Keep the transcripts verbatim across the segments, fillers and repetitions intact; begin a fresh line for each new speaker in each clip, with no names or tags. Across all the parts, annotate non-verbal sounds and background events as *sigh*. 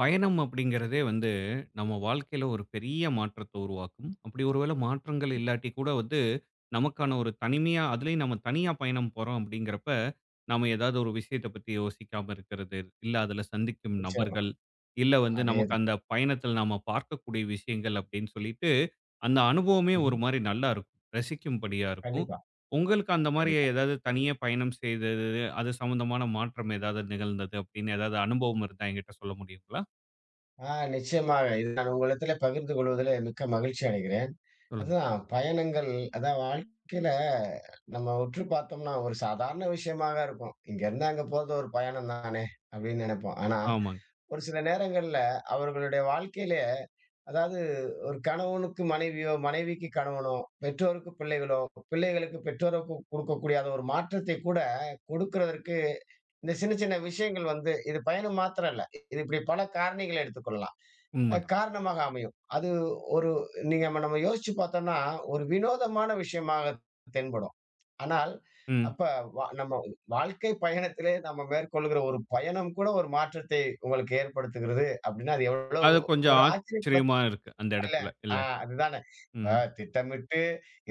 பயணம் அப்படிங்கிறதே வந்து நம்ம வாழ்க்கையில ஒரு பெரிய மாற்றத்த உருவாக்கும். அப்படி ஒருவேளை மாற்றங்கள் இல்லாட்டி கூட வந்து, நமக்கான ஒரு தனிமையா அதிலேயும் நம்ம தனியா பயணம் போறோம் அப்படிங்கிறப்ப, நாம ஏதாவது ஒரு விஷயத்த பத்தி யோசிக்காம இருக்கிறது, இல்ல அதில சந்திக்கும்
நிச்சயமா.
நபர்கள், இல்ல வந்து நமக்கு
அதேதான்.
அந்த பயணத்தில நாம பார்க்கக்கூடிய விஷயங்கள் அப்படின்னு சொல்லிட்டு, அந்த அனுபவமே
ம்ஹ்ம்.
ஒரு மாரி நல்லா இருக்கும். ரசிக்கும்படியா இருக்கும்.
கண்டிப்பா,
உங்களுக்கு அந்த மாரி
கண்டிப்பா.
ஏதாவது தனியா பயணம் செய்தது, அது சம்மந்தமான மாற்றம் ஏதாவது நிகழ்ந்தது அப்படின்னு ஏதாவது அனுபவம் இருந்தா என்கிட்ட சொல்ல முடியுங்களா?
ஆ நிச்சயமாக. இது நான் உங்களிடத்திலே பகிர்ந்து கொள்வதிலே மிக்க மகிழ்ச்சி அடைகிறேன்.
சொல்லுங்க.
அதுதான் பயணங்கள். அதான் வாழ்க்கையில நம்ம உற்று பார்த்தோம்னா, ஒரு சாதாரண விஷயமாக இருக்கும். இங்கேருந்து அங்க போறது ஒரு பயணம் தானே அப்படின்னு நெனைப்போம். ஆனா,
ஆமாங்க.
ஒரு சில நேரங்கள்ல அவர்களுடைய வாழ்க்கையிலே அதாவது ஒரு கணவனுக்கு மனைவியோ, மனைவிக்கு கணவனோ, பெற்றோருக்கு பிள்ளைகளோ, பிள்ளைகளுக்கு பெற்றோருக்கு குடுக்கக்கூடிய அந்த ஒரு மாற்றத்தை கூட கொடுக்கிறதற்கு இந்த சின்ன சின்ன விஷயங்கள் வந்து இது பயணம் மாத்திரம் இல்ல. இது இப்படி பல காரணிகளை எடுத்துக்கொள்ளலாம். அ
உண்மதான்.
காரணமாக அமையும். அது ஒரு நீங்க நம்ம நம்ம யோசிச்சு பார்த்தோம்னா, ஒரு வினோதமான விஷயமாக தென்படும். ஆனால்,
ம்.
அப்ப வா நம்ம வாழ்க்கை பயணத்திலே நம்ம மேற்கொள்கிற ஒரு பயணம் கூட ஒரு மாற்றத்தை உங்களுக்கு ஏற்படுத்துகிறது அப்படின்னா, அது எவ்வளோ
அது கொஞ்சம்
ஒரு ஆச்சரியப்பட
ஆச்சரியமா இருக்கு. அந்த
இல்ல.
இடத்துல இல்ல.
ஆ அதுதானே. அ
ம்.
திட்டமிட்டு,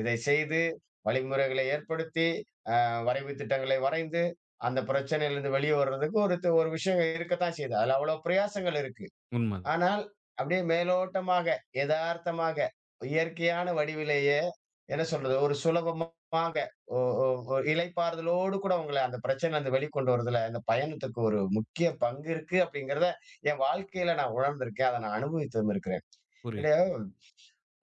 இதை செய்து, வழிமுறைகளை ஏற்படுத்தி, அ வரைவு திட்டங்களை வரைந்து, அந்த பிரச்சனையிலிருந்து வெளிய வர்றதுக்கு ஒரு து ஒரு விஷயம் இருக்கத்தான் செய்யுது. அதுல அவ்வளோ பிரயாசங்கள் இருக்கு.
உண்மதான்.
ஆனால், அப்படியே மேலோட்டமாக, எதார்த்தமாக, இயற்கையான வடிவிலேயே என்ன சொல்றது? ஒரு சுலபமாக ஒ ஒ ஒரு இளைப்பாறுதலோடு கூட உங்கள அந்த பிரச்சனையிலருந்து வெளிக்கொண்டு வரதுல, அந்த பயணத்துக்கு ஒரு முக்கிய பங்கு இருக்கு அப்படிங்கிறத, என் வாழ்க்கையில நான் உணர்ந்திருக்கேன். அத நான் அனுபவித்தும் இருக்கிறேன்.
புரியுது.
என்னுடைய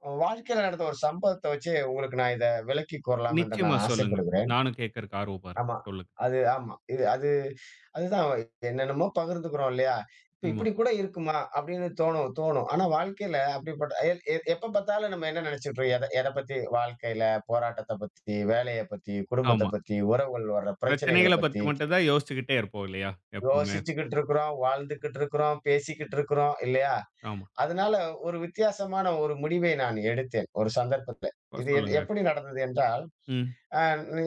உங்க வாழ்க்கையில நடந்த ஒரு சம்பவத்த வச்சு உங்களுக்கு நான் இத விளக்கி கூறலாம் என்று
நிச்சயமா
நான்
சொல்லுங்க.
ஆசைப்படுகிறேன்.
நானும் கேட்கறக்கு ஆர்வமா இருக்கேன்.
ஆமா.
சொல்லுங்க.
அது ஆமா. இது அது அதுதான் என்னென்னமோ பகிர்ந்துக்கிறோம் இல்லையா? இப்ப
ஆமா,
இப்படி கூட இருக்குமா? அப்படின்னு தோணும் தோணும். ஆனா வாழ்க்கையில அப்படிப்பட்ட எ எ எப்ப பார்த்தாலும் நம்ம என்ன நினைச்சுட்றோம்? எத எத பத்தி வாழ்க்கையில போராட்டத்த பத்தி, வேலைய பத்தி, குடும்பத்த
ஆமா.
பத்தி, உறவுகள் வர்ற பிரச்சனைகள
பிரச்சனைகள பத்தி
பத்தி
மட்டும் தான் யோசிச்சுக்கிட்டே இருப்போம் இல்லையா? எப்பவுமே.
யோசிச்சுக்கிட்டு இருக்கிறோம், வாழ்ந்துகிட்டு இருக்கிறோம், பேசிக்கிட்டு இருக்கிறோம் இல்லையா?
ஆமா.
அதனால ஒரு வித்தியாசமான ஒரு முடிவை நான் எடுத்தேன் ஒரு சந்தர்ப்பத்துல.
இப்ப
இது என்
சொல்லுங்க.
எப்படி நடந்தது என்றால்,
ம்.
அ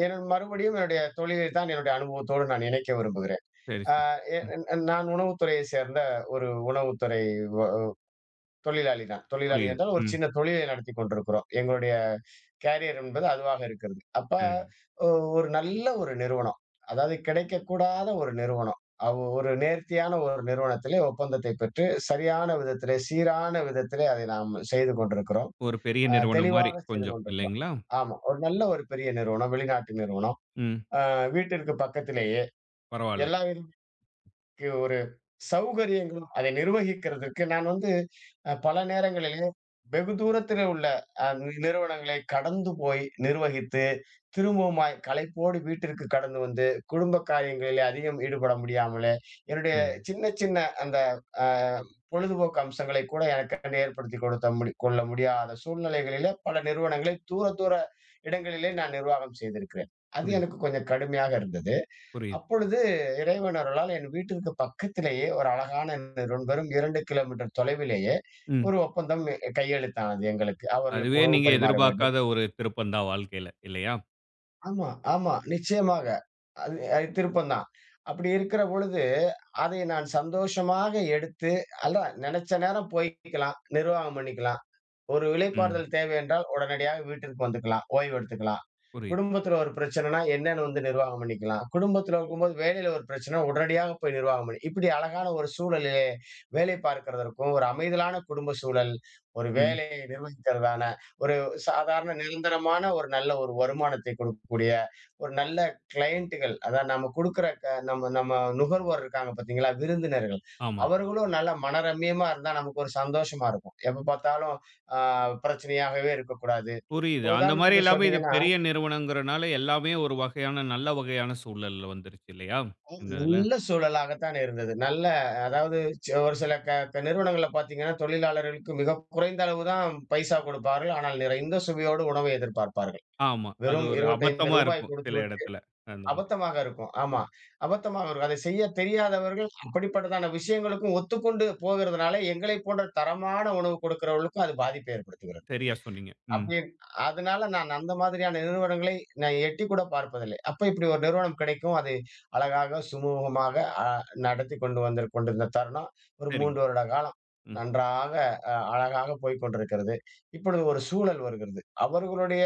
என் மறுபடியும் என்னுடைய தொழிலை தான் என்னுடைய அனுபவத்தோடு நான் இணைக்க விரும்புகிறேன்.
சரி,
அ
சரி.
எ
ம்.
என்- நான் உணவுத்துறையை சேர்ந்த ஒரு உணவுத்துறை தொழிலாளி தான். தொழிலாளி
புரியுது.
என்றால் ஒரு
ம்.
சின்ன தொழிலை நடத்திக் கொண்டிருக்கிறோம். எங்களுடைய கேரியர் என்பது அதுவாக இருக்கிறது. அப்ப
சரிங்க.
ஒ ஒரு நல்ல ஒரு நிறுவனம். அதாவது கிடைக்கக்கூடாத ஒரு நிறுவனம். அவ் ஒரு நேர்த்தியான ஒரு நிறுவனத்திலே ஒப்பந்தத்தை பெற்று, சரியான விதத்திலே, சீரான விதத்திலே அதை நாம் செய்து கொண்டிருக்கிறோம்.
ஒரு பெரிய
அ
நிறுவனம் மாரி
தெளிவாக செய்து
கொஞ்சம்
கொண்டிருக்கிறோம்.
இல்லைங்களா?
ஆமா. ஒரு நல்ல ஒரு பெரிய நிறுவனம், வெளிநாட்டு நிறுவனம்.
ம்.
அ வீட்டிற்கு பக்கத்திலேயே
பரவால்ல.
எல்லா வித க்கு ஒரு சௌகரியங்களும் அதை நிர்வகிக்கிறதற்கு நான் வந்து அ பல நேரங்களிலே வெகு தூரத்திலே உள்ள அ நி நிறுவனங்களை கடந்து போய் நிர்வகித்து, திரும்பவுமாய் களைப்போடு வீட்டிற்கு கடந்து வந்து, குடும்ப காரியங்களிலே அதிகம் ஈடுபட முடியாமலே, என்னுடைய
சரிங்க.
சின்ன சின்ன அந்த அ பொழுதுபோக்கு அம்சங்களை கூட எனக்காண்டி ஏற்படுத்திக் கொடுத்த முடி கொள்ள முடியாத சூழ்நிலைகளிலே பல நிறுவனங்களை தூர, தூர இடங்களிலே நான் நிர்வாகம் செய்திருக்கிறேன். அது
புரியுது,
எனக்கு கொஞ்சம் கடுமையாக இருந்தது.
புரியுது.
அப்பொழுது இறைவன் அருளால் என் வீட்டிற்கு பக்கத்திலேயே ஒரு அழகான நிறுவனம் வெறும் இரண்டு கிலோமீட்டர் தொலைவிலேயே
ம்.
ஒரு ஒப்பந்தம் கையெழுத்தானது எங்களுக்கு. அவர்களுக்கு
அதுவே
உணவு
நீங்க
பரிமாற வேண்டும்.
எதிர்பார்க்காத ஒரு திருப்பம் தான் வாழ்க்கையில இல்லையா?
ஆமா, ஆமா. நிச்சயமாக. அது அது திருப்பம் தான். அப்படி இருக்கிற பொழுது, அதை நான் சந்தோஷமாக எடுத்து அதான் நெனச்ச நேரம் போய்க்கலாம். நிர்வாகம் பண்ணிக்கலாம். ஒரு
ம்.
இளைப்பாறுதல் தேவை என்றால் உடனடியாக வீட்டிற்கு வந்துக்கலாம். ஓய்வு எடுத்துக்கலாம்.
புரியுது.
குடும்பத்தில ஒரு பிரச்சனைனா என்னன்னு வந்து நிர்வாகம் பண்ணிக்கலாம். குடும்பத்தில இருக்கும்போது வேலையில ஒரு பிரச்சனை உடனடியாக போய் நிர்வாகம் பண்ணி இப்படி அழகான ஒரு சூழலிலே வேலை பார்க்கிறதற்கும், ஒரு அமைதலான குடும்ப சூழல், ஒரு
ம்.
வேலையை நிர்வகிக்கிறதான ஒரு சாதாரண நிரந்தரமான ஒரு நல்ல ஒரு வருமானத்தை கொடுக்கக்கூடிய ஒரு நல்ல கிளையன்ட்டுகள் அதான் நம்ம குடுக்குற க நம்ம நம்ம நுகர்வோர் இருக்காங்க பார்த்தீங்களா? விருந்தினர்கள்.
ஆமாங்க.
அவர்களும் நல்ல மனரம்மியமா இருந்தா நமக்கு ஒரு சந்தோஷமா இருக்கும். எப்ப பார்த்தாலும் ஆ பிரச்சனையாகவே இருக்கக்கூடாது.
புரியுது.
ம்.
அந்த மாரி
உதாரணத்துக்கு
இல்லாம இது
சொன்னீங்கன்னா,
பெரிய நிறுவனம்ங்கிறனால எல்லாமே ஒரு வகையான நல்ல வகையான சூழல்ல வந்துருச்சு இல்லையா? இந்த இதுல.
நல்ல சூழலாகத்தான் இருந்தது. நல்ல அதாவது ச ஒரு சில க க நிறுவனங்கள்ல பார்த்தீங்கன்னா, தொழிலாளர்களுக்கு மிகக் குறைந்த அளவு தான் பைசா கொடுப்பார்கள். ஆனால் நிறைந்த சுவையோடு உணவை எதிர்பார்ப்பார்கள்.
ஆமா. அது
வெறும் ரூ.
ஒரு
இருபத்தி ஐந்து
அபத்தமா இருக்கும் சில
கொடுத்துவிட்டு
இடத்துல. அந்த மாதிரி.
அபத்தமாக இருக்கும். ஆமா.
ம்.
அபத்தமாக இருக்கும். அதைச் செய்யத் தெரியாதவர்கள் அப்படிப்பட்டதான விஷயங்களுக்கும் ஒத்துக்கொண்டு போகிறதுனால, எங்களைப் போன்ற தரமான உணவு கொடுக்கிறவர்களுக்கும் அது பாதிப்பை ஏற்படுத்துகிறது.
சரியா சொன்னீங்க. ம்.
அப்படி அதனால நான் அந்த மாதிரியான நிறுவனங்களை நான் எட்டி கூட பார்ப்பதில்லை. அப்ப இப்படி ஒரு நிறுவனம் கிடைக்கும். அது அழகாக சுமூகமாக அ நடத்தி கொண்டு வந்து கொண்டிருந்த தருணம் ஒரு
சரிங்க.
மூன்று வருட காலம்
ம்.
நன்றாக அ அழகாக போய்க் கொண்டிருக்கிறது. இப்பொழுது ஒரு சூழல் வருகிறது. அவர்களுடைய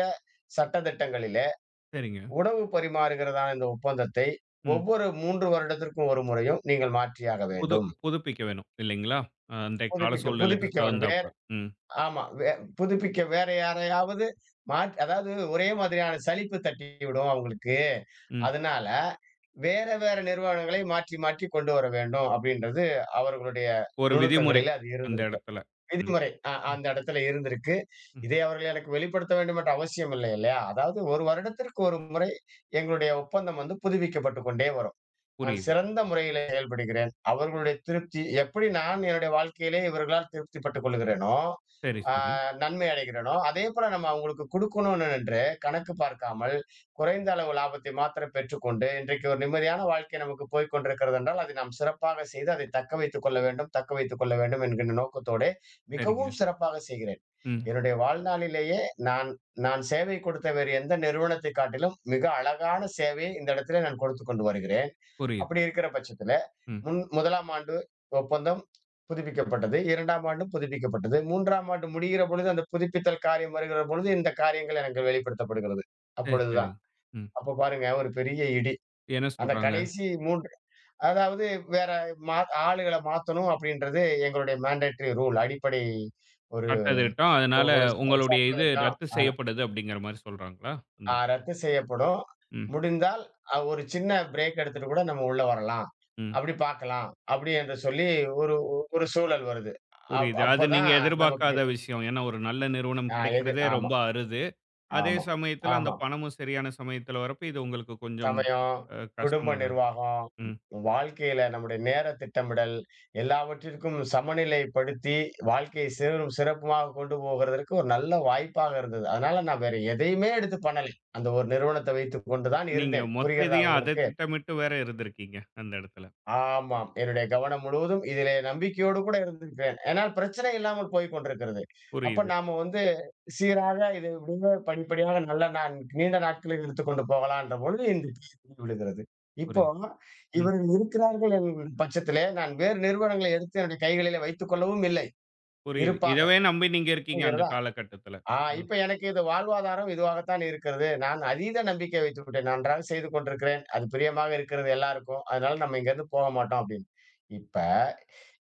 சட்டதிட்டங்களிலே
சரிங்க.
உணவு பரிமாறுகிறதான இந்த ஒப்பந்தத்தை
ம்.
ஒவ்வொரு மூன்று வருடத்திற்கும் ஒரு முறையும் நீங்கள் மாற்றியாக
புது
வேண்டும்.
புதுப்பிக்க வேணும் இல்லைங்களா? அன்றைய கால
புதுப்பிக்க
சூழ்நிலைக்கு
புதுப்பிக்க வேண்டும்.
தகுந்தாப்புல. ம்.
ஆமா. வே புதுப்பிக்க வேற யாரையாவது மாற் அதாவது ஒரே மாதிரியான சலிப்பு தட்டிவிடும் அவங்களுக்கு.
ம்.
அதனால வேற, வேற நிறுவனங்களை மாற்றி, மாற்றி கொண்டு வர வேண்டும் அப்படின்றது அவர்களுடைய
ஒரு விதிமுறை
நுணுக்கங்களிலே அது
அந்த
இருந்திருக்கும்.
இடத்துல. ம்.
விதிமுறை அ
ம்.
அந்த இடத்துல இருந்திருக்கு.
ம்.
இதை அவர்கள் எனக்கு வெளிப்படுத்த வேண்டும் என்ற அவசியம் இல்லை இல்லையா? அதாவது ஒரு வருடத்திற்கு ஒரு முறை எங்களுடைய ஒப்பந்தம் வந்து புதுப்பிக்கப்பட்டுக் கொண்டே வரும். நான்
புரியுது.
சிறந்த முறையிலே செயல்படுகிறேன். அவர்களுடைய திருப்தி எப்படி நான் என்னுடைய வாழ்க்கையிலே இவர்களால் திருப்தி பட்டுக் கொள்ளுகிறேனோ,
சரி,
அ
சரி.
நன்மை அடைகிறேனோ, அதேபோல நம்ம அவங்களுக்கு குடுக்கணும்னு என்று கணக்கு பார்க்காமல், குறைந்த அளவு லாபத்தை மாத்திரம் பெற்றுக்கொண்டு, இன்றைக்கு ஒரு நிம்மதியான வாழ்க்கை நமக்கு போய்க் கொண்டிருக்கிறது என்றால், அதை நாம் சிறப்பாக செய்து அதை தக்க வைத்துக் கொள்ள வேண்டும், தக்க வைத்துக் கொள்ள வேண்டும் என்கின்ற நோக்கத்தோடே
சரிங்க.
மிகவும் சிறப்பாக செய்கிறேன்.
ம்.
என்னுடைய வாழ்நாளிலேயே நான் நான் சேவை கொடுத்த வேறு எந்த நிறுவனத்தைக் காட்டிலும் மிக அழகான சேவையை இந்த இடத்திலே நான் கொடுத்துக் கொண்டு வருகிறேன்.
புரியுது.
அப்படி இருக்கிற பட்சத்துல,
ம்.
முன் முதலாம் ஆண்டு ஒப்பந்தம் புதுப்பிக்கப்பட்டது. 2ஆம் ஆண்டும் புதுப்பிக்கப்பட்டது. 3ஆம் ஆண்டு முடிகிற பொழுது, அந்த புதுப்பித்தல் காரியம் வருகிற பொழுது, இந்த காரியங்கள் எனக்கு வெளிப்படுத்தப்படுகிறது.
சரி, சரி.
அப்பொழுதுதான்.
ம்.
அப்ப பாருங்க ஒரு பெரிய இடி.
என்ன
அந்த
சொல்றாங்க?
கடைசி மூன்று அதாவது வேற மா ஆளுகள மாத்தணும் அப்படின்றது எங்களுடைய மேண்டேட்டரி ரூல். அடிப்படை ஒரு
காட்டதிட்டோம். அதனால
ஒரு ச
உங்களுடைய இது
சட்டத்திட்டம்.
ரத்து செய்யப்படுது அப்படிங்கிற மாரி சொல்றாங்களா? அந்த
ஆ ரத்து செய்யப்படும்.
ம்,
முடிந்தால் அ ஒரு சின்ன பிரேக் எடுத்துட்டு கூட நம்ம உள்ள வரலாம்.
ம்.
அப்படி பார்க்கலாம். அப்படி என்று சொல்லி ஒரு ஒரு சூழல் வருது. அப்
புரியுது. அது நீங்க
அப்பதான் நமக்கு
எதிர்பார்க்காத விஷயம். ஏன்னா ஒரு நல்ல நிறுவனம்
ஆ எது
கிடைக்கிறதே
ஆமா,
ரொம்ப அரிது. அதே
ஆமா,
சமயத்துல அந்த
ஆமா.
பணமும் சரியான சமயத்துல வரப்ப இது உங்களுக்கு கொஞ்சம்
சமயம்,
அ
குடும்ப
கஷ்டமா தான் இருந்தது.
நிர்வாகம்,
ம்.
வாழ்க்கையில நம்முடைய நேர திட்டமிடல் எல்லாவற்றிற்கும் சமநிலைப்படுத்தி வாழ்க்கையை சீரும் சிறப்புமாக கொண்டு போகிறதற்கு ஒரு நல்ல வாய்ப்பாக இருந்தது. அதனால நான் வேற எதையுமே எடுத்து பண்ணலை. அந்த ஒரு நிறுவனத்தை வைத்துக் கொண்டு தான்
நீங்க
இருந்தேன்.
மொத்த
புரிகிறதா
இதையும் அத
உங்களுக்கு?
திட்டமிட்டு வேற இருந்திருக்கீங்க அந்த இடத்துல.
ஆமாம். என்னுடைய கவனம் முழுவதும் இதிலே நம்பிக்கையோடு கூட இருந்திருக்கிறேன். ஏனால் பிரச்சனை இல்லாமல் போய்க் கொண்டிருக்கிறது. அப்ப
புரியுது,
நாம வந்து சீராக இது இப்படியே படிப்படியாக நல்ல நான் நீண்ட நாட்களுக்கு எடுத்துக்கொண்டு போகலான்ற பொழுது இந்த தீர்வு விழுகிறது. இப்போ
புரியுது. ம்.
இவர்கள் இருக்கிறார்கள் என்கிற பட்சத்திலே, நான் வேறு நிறுவனங்களை எடுத்து என்னுடைய கைகளிலே வைத்துக் கொள்ளவும் இல்லை.
புரியுது.
இருப்பாக.
இதவே நம்பி நீங்க இருக்கீங்க அந்த
புரிகிறதா?
காலகட்டத்துல.
ஆ
ம்.
இப்ப எனக்கு இது வாழ்வாதாரம் இதுவாகத்தான் இருக்கிறது. நான் அதீத நம்பிக்கை வைத்து விட்டேன். நான் நன்றாக செய்து கொண்டிருக்கிறேன். அது பிரியமாக இருக்கிறது எல்லாருக்கும். அதனால நம்ம இங்கிருந்து போக மாட்டோம் அப்படின்னு. இப்ப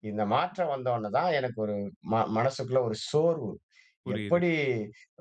இந்த மாற்றம் வந்தோன்ன தான் எனக்கு ஒரு ம மனசுக்குள்ள ஒரு சோர்வு.
புரியுது.
எப்படி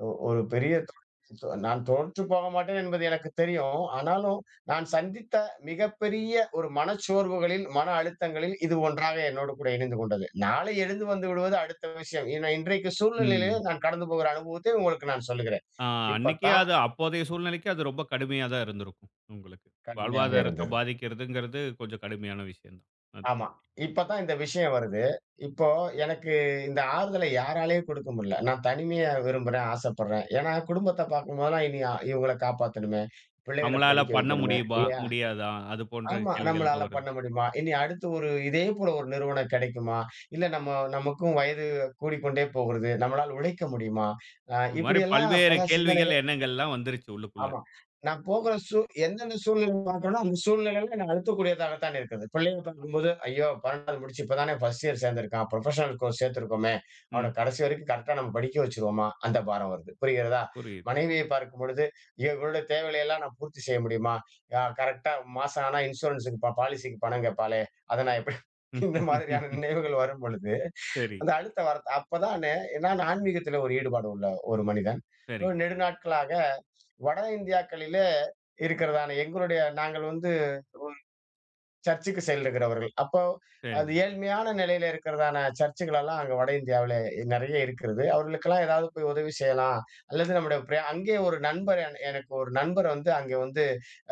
ஒ ஒரு பெரிய தோ தோ- நான் தோற்று போக மாட்டேன் என்பது எனக்கு தெரியும். ஆனாலும் நான் சந்தித்த மிகப்பெரிய ஒரு மனச்சோர்வுகளில், மன அழுத்தங்களில் இது ஒன்றாக என்னோடு கூட இணைந்து கொண்டது. நாளை எழுந்து வந்து விடுவது அடுத்த விஷயம். ஏன்னா இன்றைக்கு சூழ்நிலையிலே
ம்.
நான் கடந்து போகிற அனுபவத்தை உங்களுக்கு நான் சொல்லுகிறேன்.
ஆ
இப்ப
அன்னைக்கே
தான்
அது அப்போதைய சூழ்நிலைக்கு அது ரொம்ப கடுமையா தான் இருந்திருக்கும் உங்களுக்கு.
கடுமையாக
வாழ்வாதாரத்த
இருந்தது.
பாதிக்கிறதுங்கிறது கொஞ்சம் கடுமையான விஷயம் தான். அது
ஆமா. இப்ப தான் இந்த விஷயம் வருது. இப்போ எனக்கு இந்த ஆறுதலை யாராலயும் குடுக்க முடியல. நான் தனிமைய விரும்புறேன், ஆசைப்படுறேன். ஏன்னா குடும்பத்த பார்க்கும்போதெல்லாம் இனி அ இவங்கள காப்பாத்தணுமே! பிள்ளைகள
நம்மளால
படிக்க
பண்ண
வைக்கணுமே!
முடியுமா?
இல்லையா?
முடியாதா? அது போன்ற
ஆமா.
கேள்விகள்
நம்மளால
தான் வருது.
பண்ண முடியுமா? இனி அடுத்து ஒரு இதே போல ஒரு நிறுவனம் கிடைக்குமா? இல்ல நம்ம நமக்கும் வயது கூடிக்கொண்டே போகிறது. நம்மளால உழைக்க முடியுமா? அ
இந்த மாரி
இப்படியெல்லாம்
பல்வேறு
பல
கேள்விகள்,
சிந்தனைகள்.
எண்ணங்கள்லாம் வந்துருச்சு உள்ளுக்குள்ள.
ஆமா. நான் போகிற சூ எந்தெந்த சூழ்நிலை பார்க்கிறேனோ, அந்த சூழ்நிலையில என்ன அழுத்தக்கூடியதாக தானே இருக்குது. பிள்ளைய பார்க்கும்போது, ஐயோ! 12வது முடிச்சு இப்ப தானே ஃபர்ஸ்ட் இயர் சேர்ந்திருக்கான். புரொஃபஷனல் கோர்ஸ் சேர்த்திருக்கோமே! அவன
ம்.
கடைசி வரைக்கும் கரெக்ட்டா நம்ம படிக்க வச்சுருவோமா? அந்த பாரம் வருது. புரிகிறதா?
புரியுது.
மனைவியை பார்க்கும்பொழுது, ஐயோ! இவளுடைய தேவைகளையெல்லாம் நான் பூர்த்தி செய்ய முடியுமா? அ கரெக்ட்டா மாசம் ஆனா இன்சூரன்ஸுக்கு ப பாலிசிக்கு பணம் கேட்பாளே! அத நான் எப்படி *laughs*
*laughs* ம்,
இந்த
ம், ம், ம்,
மாதிரியான
ம்.
நினைவுகள் வரும்பொழுது,
சரி,
அந்த அழுத்த வார்த்தை அப்பதானே நான் ஆன்மீகத்தில ஒரு ஈடுபாடு உள்ள ஒரு மனிதன். ஒரு
சரிங்க,
நெடுநாட்களாக வட இந்தியாக்களிலே இருக்கிறதான எங்களுடைய நாங்கள் வந்து சர்ச்சுக்கு செல்லுகிறவர்கள். அப்போ அது
சரிங்க.
ஏழ்மையான நிலையில இருக்கிறதான சர்ச்சுகளெல்லாம் அங்க வட இந்தியாவில நெறைய இருக்கிறது. அவர்களுக்கெல்லாம் ஏதாவது போய் உதவி செய்யலாம். அல்லது நம்முடைய பிரயா அங்கே ஒரு நண்பர் என எனக்கு ஒரு நண்பர் வந்து அங்கே வந்து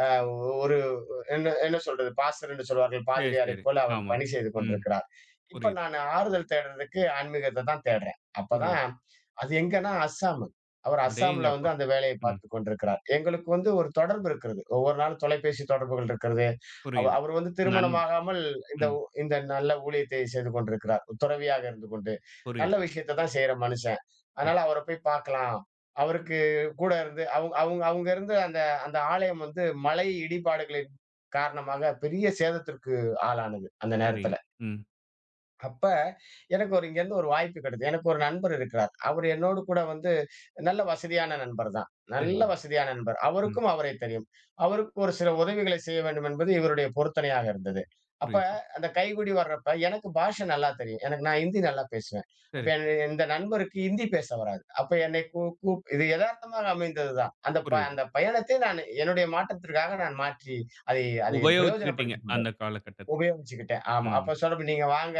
அ என்ன என்ன சொல்றது பாஸ்டர் என்று சொல்வார்கள்
சரி, சரி.
பாதிரியாரைப் போல அவர்
ஆமா.
பணி செய்து
ம்.
கொண்டிருக்கிறார். இப்ப
புரியுது,
நானு ஆறுதல் தேடுறதுக்கு ஆன்மீகத்த தான் தேடுறேன்.
புரியுது.
அப்பதான் அது எங்கன்னா அஸ்ஸாமு. அவர் அஸ்ஸாம்ல வந்து
அடேங்கப்பா!
அந்த வேலையை
ம்.
பார்த்துக் கொண்டிருக்கிறார். எங்களுக்கு வந்து ஒரு தொடர்பு இருக்கிறது. ஒவ்வொரு நாளும் தொலைபேசி தொடர்புகள் இருக்கிறது. அவ
புரியுது.
அவர் வந்து
நன்
திருமணமாகாமல் இந்த
ம்.
உ இந்த நல்ல ஊழியத்தை செய்து கொண்டிருக்கிறார். துறவியாக இருந்து கொண்டு. நல்ல
புரியுது.
விஷயத்த தான் செய்ற மனுஷன்.
சரி,
அதனால அவர போய் பார்க்கலாம். அவருக்கு கூட இருந்து அவ் அவங்க அவங்க இருந்த அந்த அந்த ஆலயம் வந்து மலை இடிபாடுகளை காரணமாக பெரிய சேதத்திற்கு ஆளானது அந்த
சரி.
நேரத்துல.
ம்.
அப்ப எனக்கு ஒரு இங்கேருந்து ஒரு வாய்ப்பு கிடைத்தது. எனக்கு ஒரு நண்பர் இருக்கிறார். அவரு என்னோடு கூட வந்து நல்ல வசதியான நண்பர் தான்.
சரிங்க.
நல்ல வசதியான நண்பர்.
ம்.
அவருக்கும் அவரை தெரியும். அவருக்கு ஒரு சில உதவிகளை செய்ய வேண்டும் என்பது இவருடைய பொருத்தனையாக இருந்தது. அப்ப
புரியுது.
அந்த கைக்குடி வர்றப்ப எனக்கு பாஷை நல்லா தெரியும். எனக்கு நான் ஹிந்தி நல்லா பேசுவேன். அப்ப
சரி.
என் இந்த நண்பருக்கு ஹிந்தி பேச வராது. அப்ப என்னை கூ கூப் இது எதார்த்தமாக அமைந்தது தான். அந்த ப
புரியுது.
அந்த பயணத்தை நான் என்னுடைய மாற்றத்திற்காக நான் மாற்றி அதை அதை
உபயோகிச்சுக்கிட்டீங்க
பிரயோஜனப்படுத்திக்
அந்த
கொண்டேன்.
காலகட்டத்தில.
உபயோகிச்சுக்கிட்டேன். ஆமா.
ம்,
அப்ப சொன்னப்ப, "நீங்க வாங்க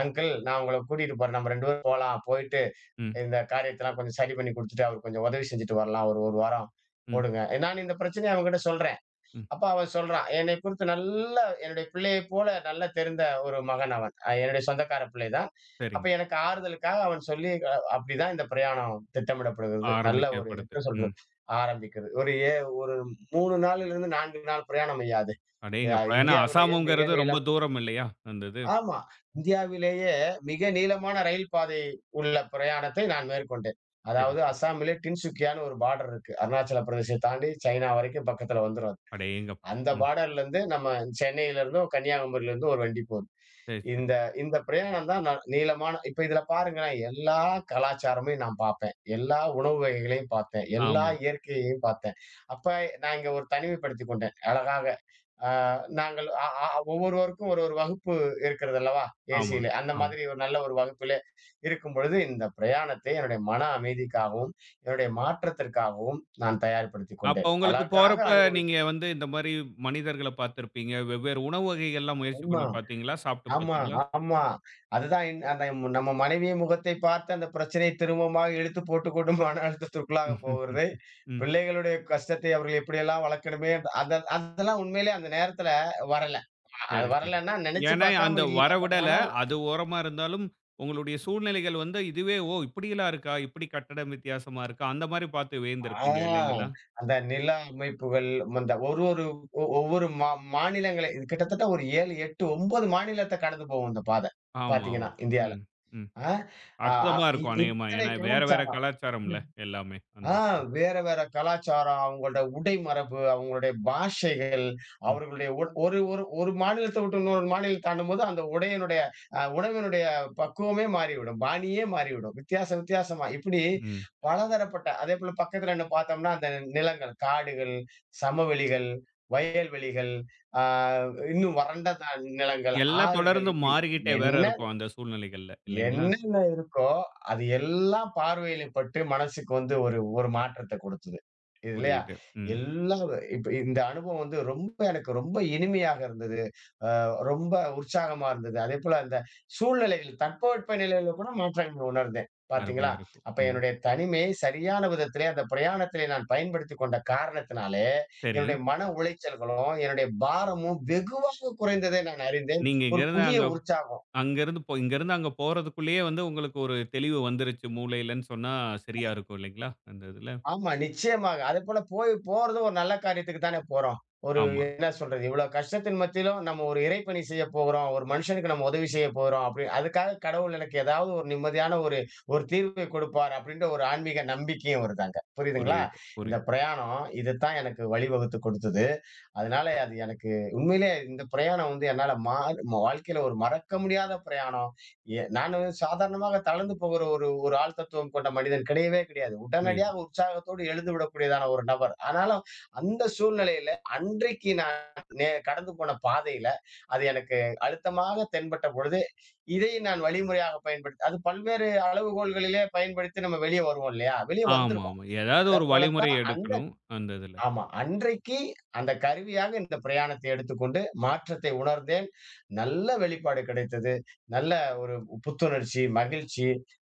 அங்கிள், நான் உங்கள கூட்டிட்டு போறேன். நம்ம இரண்டு பேரும் போலாம். போயிட்டு
ம்,
இந்த காரியத்தெல்லாம் கொஞ்சம் சரி பண்ணி குடுத்துட்டு, அவருக்கு கொஞ்சம் உதவி செஞ்சுட்டு வரலாம். ஒரு 1 வாரம்
ம்,
போடுங்க." நான் இந்த பிரச்சனைய அவன்கிட்ட சொல்றேன்.
ம்.
அப்ப அவன் சொல்றான். என்னை குறித்து நல்லா என்னுடைய பிள்ளையைப் போல நல்லா தெரிந்த ஒரு மகன் அவன். அ என்னுடைய சொந்தக்கார பிள்ளை தான்.
சரிங்க.
அப்ப எனக்கு ஆறுதலுக்காக அவன் சொல்லி, அ அப்படிதான் இந்த பிரயாணம் திட்டமிடப்படுகிறது. நல்ல ஒரு
ஆரம்பிக்கப்படுது.
எப்படி சொல்றது?
ம்.
ஆரம்பிக்குது. ஒரு ஏ ஒரு மூன்று நாளிலிருந்து நான்கு நாள் பிரயாணம் ஐயா அது. அ
அடேங்கப்பா! ஏன்னா
இந்தியாவிலேயே மிக
அசாமுங்கிறது
நீள.
ரொம்ப தூரம் இல்லையா? அந்த இது.
ஆமா. இந்தியாவிலேயே மிக நீளமான ரயில் பாதை உள்ள பிரயாணத்தை நான் மேற்கொண்டேன்.
சரி,
அதாவது
சரி.
அசாமிலே டின்சுக்கியான்னு ஒரு பார்டர் இருக்கு. அருணாச்சல பிரதேச தாண்டி சைனா வரைக்கும் பக்கத்துல வந்துரும்.
அடேங்கப்பா!
அந்த
ம்.
பார்டர்லருந்து நம்ம சென்னையிலிருந்தோ, கன்னியாகுமரியிலிருந்தோ ஒரு வண்டி போகுது.
சரி, சரி.
இந்த இந்த பிரயாணம் தான் நான் நீளமான இப்ப இதுல பாருங்களேன், எல்லா கலாச்சாரமும் நான் பார்ப்பேன். எல்லா உணவு வகைகளையும் பார்த்தேன். எல்லா
ஆமா,
இயற்கையையும் பார்த்தேன். அப்ப நான் இங்க ஒரு தனிமைப்படுத்திக் கொண்டேன். அழகாக ஆ, நாங்கள் அ அ ஒவ்வொருவருக்கும் ஒரு ஒரு வகுப்பு இருக்கிறது அல்லவா?
ஆமா,
ஏசியிலே. அந்த
ஆமா.
மாதிரி ஒரு நல்ல ஒரு வகுப்பிலே இருக்கும்பொழுது, இந்த பிரயாணத்தை என்னுடைய மன அமைதிக்காகவும், என்னுடைய மாற்றத்திற்காகவும் நான் தயார்படுத்திக்
அப்ப
கொண்டேன்.
உங்களுக்கு
அழகாக
போறப்ப
அனுபவித்
நீங்க வந்து இந்த மாரி மனிதர்கள பார்த்திருப்பீங்க. வெவ்வேறு உணவு வகைகள்லாம் முயற்சி
ஆமா,
பண்ணி பார்த்தீங்களா? சாப்பிட்டு
ஆமா,
பார்த்தீங்களா?
ஆமா. அதுதான் இன் அந்த மு- நம்ம மனைவி முகத்தை பார்த்து அந்த பிரச்சனையை திரும்பமாக இழுத்து போட்டுக்கொண்டு மன அழுத்தத்திற்குள்ளாக
ம்.
போகிறது.
ம்
பிள்ளைகளுடைய கஷ்டத்தை அவர்கள் எப்படியெல்லாம் வளர்க்கணுமே, அத அதெல்லாம் உண்மையிலே அந்த நேரத்தில வரல. அது
சரி, சரி.
வரலன்னா நினைச்சு
ஏன்னா, அந்த
பார்க்காம இல்ல.
வர
பட்
விடல.
ஆனால்
அது ஓரமா இருந்தாலும், உங்களுடைய சூழ்நிலைகள் வந்து இதுவே, "ஓ! இப்படியெல்லாம் இருக்கா? இப்படி கட்டடம் வித்தியாசமா இருக்கா?" அந்த மாரி பார்த்து
ஆ
வியந்திருப்பீங்க இல்லைங்களா?
அந்த நிலா அமைப்புகள், அந்த ஒரு ஒரு ஒ ஒவ்வொரு மா மாநிலங்களை இது கிட்டத்தட்ட ஒரு ஏழு, எட்டு, ஒன்பது மாநிலத்த கடந்து போகும் இந்த பாதை.
ஆமா, ஆமா.
பார்த்தீங்கன்னா, இந்தியால.
ம், ம்.
ஆ அ
அற்புதமா
இ
இருக்கும் அநேகமா.
இத்தனை
ஏன்னா, வேற வேற
கலாச்சாரம்.
கலாச்சாரம்ல எல்லாமே. அந்த
ஆ
இது.
வேற வேற கலாச்சாரம், அவங்களோட உடை மரபு, அவங்களுடைய பாஷைகள்,
ம்,
அவர்களுடைய ஒ ஒரு ஒரு ஒரு மாநிலத்த விட்டு இன்னொரு மாநிலம் தாண்டும்போது, அந்த உடையினுடைய அ உணவினுடைய பக்குவமே மாறிவிடும். பாணியே மாறிவிடும். வித்தியாச வித்தியாசமா இப்படி
ம்.
பலதரப்பட்ட அதேபோல பக்கத்துல என்ன பார்த்தோம்னா, அந்த நிலங்கள், காடுகள், சமவெளிகள், வயல்வெளிகள், ஆ இன்னும் வறண்ட த நிலங்கள்,
எல்லாம்
ஆறுகள்
தொடர்ந்து
இப்படி
மாறிக்கிட்டே வேற
என்ன
இருக்கும் அந்த சூழ்நிலைகள்ல. இல்லைங்களா?
என்னென்ன இருக்கோ, அது எல்லாம் பார்வையில பட்டு மனசுக்கு வந்து ஒரு ஒரு மாற்றத்த கொடுத்தது. இது இல்லையா?
புரியுது. ம்.
எல்லா இப்ப இந்த அனுபவம் வந்து ரொம்ப எனக்கு ரொம்ப இனிமையாக இருந்தது. அ ரொம்ப உற்சாகமா இருந்தது. அதேபோல அந்த சூழ்நிலைகள் தட்பவெட்ப நிலையில கூட மாற்றங்கள் உணர்ந்தேன்.
அருமையா
பார்த்தீங்களா?
இருக்கும்.
அப்ப
ம்.
என்னுடைய தனிமையை சரியான விதத்திலே அந்த பிரயாணத்திலே நான் பயன்படுத்திக் கொண்ட காரணத்தினாலே,
சரி.
என்னுடைய மன உளைச்சல்களும், என்னுடைய பாரமும் வெகுவாக குறைந்ததை நான் அறிந்தேன்.
நீங்க
ஒரு
இங்கருந்து
புதிய
அங்க
உற்சாகம்.
அங்கருந்து போ இங்கருந்து அங்க போறதுக்குள்ளயே வந்து உங்களுக்கு ஒரு தெளிவு வந்துருச்சு மூளையிலன்னு சொன்னா சரியா இருக்கும் இல்லைங்களா? அந்த இதுல.
ஆமா, நிச்சயமாக. அதுபோல போய் போறதும் ஒரு நல்ல காரியத்துக்கு தானே போறோம். ஒரு
ஆமா.
என்ன சொல்றது? இவ்ளோ கஷ்டத்தின் மத்தியிலும் நம்ம ஒரு இறைப்பணி செய்ய போகிறோம். ஒரு மனுஷனுக்கு நம்ம உதவி செய்ய போறோம். அப்படி அதுக்காக கடவுள் எனக்கு ஏதாவது ஒரு நிம்மதியான ஒரு ஒரு தீர்வை கொடுப்பார் அப்படின்ற ஒரு ஆன்மீக நம்பிக்கையும் வருது அங்க. புரியுதுங்களா?
புரியுது,
இந்த
புரியுது,
பிரயாணம் இதுதான் எனக்கு வழிவகுத்து கொடுத்தது. அதனால அது எனக்கு உண்மையிலே இந்த பிரயாணம் வந்து என்னால மா ம- வாழ்க்கையில ஒரு மறக்க முடியாத பிரயாணம். எ நானு சாதாரணமாக தளர்ந்து போகிற ஒரு ஒரு ஆள் தத்துவம் கொண்ட மனிதன் கிடையவே கிடையாது.
புரியுது.
உடனடியாக உற்சாகத்தோடு எழுந்து விடக்கூடியதான ஒரு நபர். ஆனாலும் அந்த சூழ்நிலையில அன்றைக்கு நான் நே கடந்து போன பாதையில அது எனக்கு அழுத்தமாக தென்பட்ட பொழுது, இதை நான் வழிமுறையாக பயன்படுத்தி அது பல்வேறு அளவுகோல்களிலே பயன்படுத்தி நம்ம வெளிய வருவோம் இல்லையா? வெளிய
ஆமா,
வந்துருவோம்.
ஆமா. ஏதாவது
அத
ஒரு
போல
வழிமுறை
தான் அந்த
எடுக்கணும் அந்த இதுல.
ஆமா. அன்றைக்கு அந்த கருவியாக இந்த பிரயாணத்தை எடுத்துக்கொண்டு மாற்றத்தை உணர்ந்தேன். நல்ல வெளிப்பாடு கிடைத்தது. நல்ல ஒரு புத்துணர்ச்சி, மகிழ்ச்சி,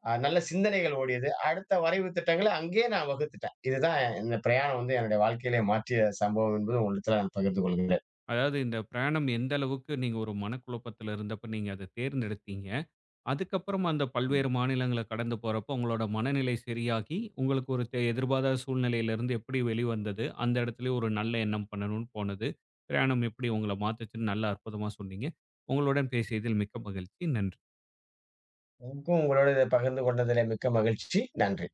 அ நல்ல சிந்தனைகள் ஓடியது. அடுத்த வரைவு திட்டங்கள அங்கேயே நான் வகுத்துட்டேன். இதுதான் இந்த பிரயாணம் வந்து என்னுடைய வாழ்க்கையிலே மாற்றிய சம்பவம் என்பது உங்களிடத்துல நான் பகிர்ந்து கொள்கிறேன்.
அதாவது இந்த பிரயாணம் எந்த அளவுக்கு நீங்க ஒரு மனக்குழப்பத்துல இருந்தப்ப நீங்க அத தேர்ந்தெடுத்தீங்க? அதுக்கப்புறம் அந்த
ம்.
பல்வேறு மாநிலங்கள கடந்து போறப்போ, உங்களோட மனநிலை சரியாகி, உங்களுக்கு ஒரு தெ எதிர்பாராத சூழ்நிலையிலிருந்து எப்படி வெளிவந்தது? அந்த இடத்துலயும் ஒரு நல்ல எண்ணம் பண்ணணும்னு போனது. பிரயாணம் எப்படி உங்கள மாத்துச்சுன்னு நல்லா அற்புதமா சொன்னீங்க. உங்களுடன் பேசியதில் மிக்க மகிழ்ச்சி. நன்றி.
எனக்கும் உங்களோட இத பகிர்ந்து கொண்டதிலே மிக்க மகிழ்ச்சி. நன்றி.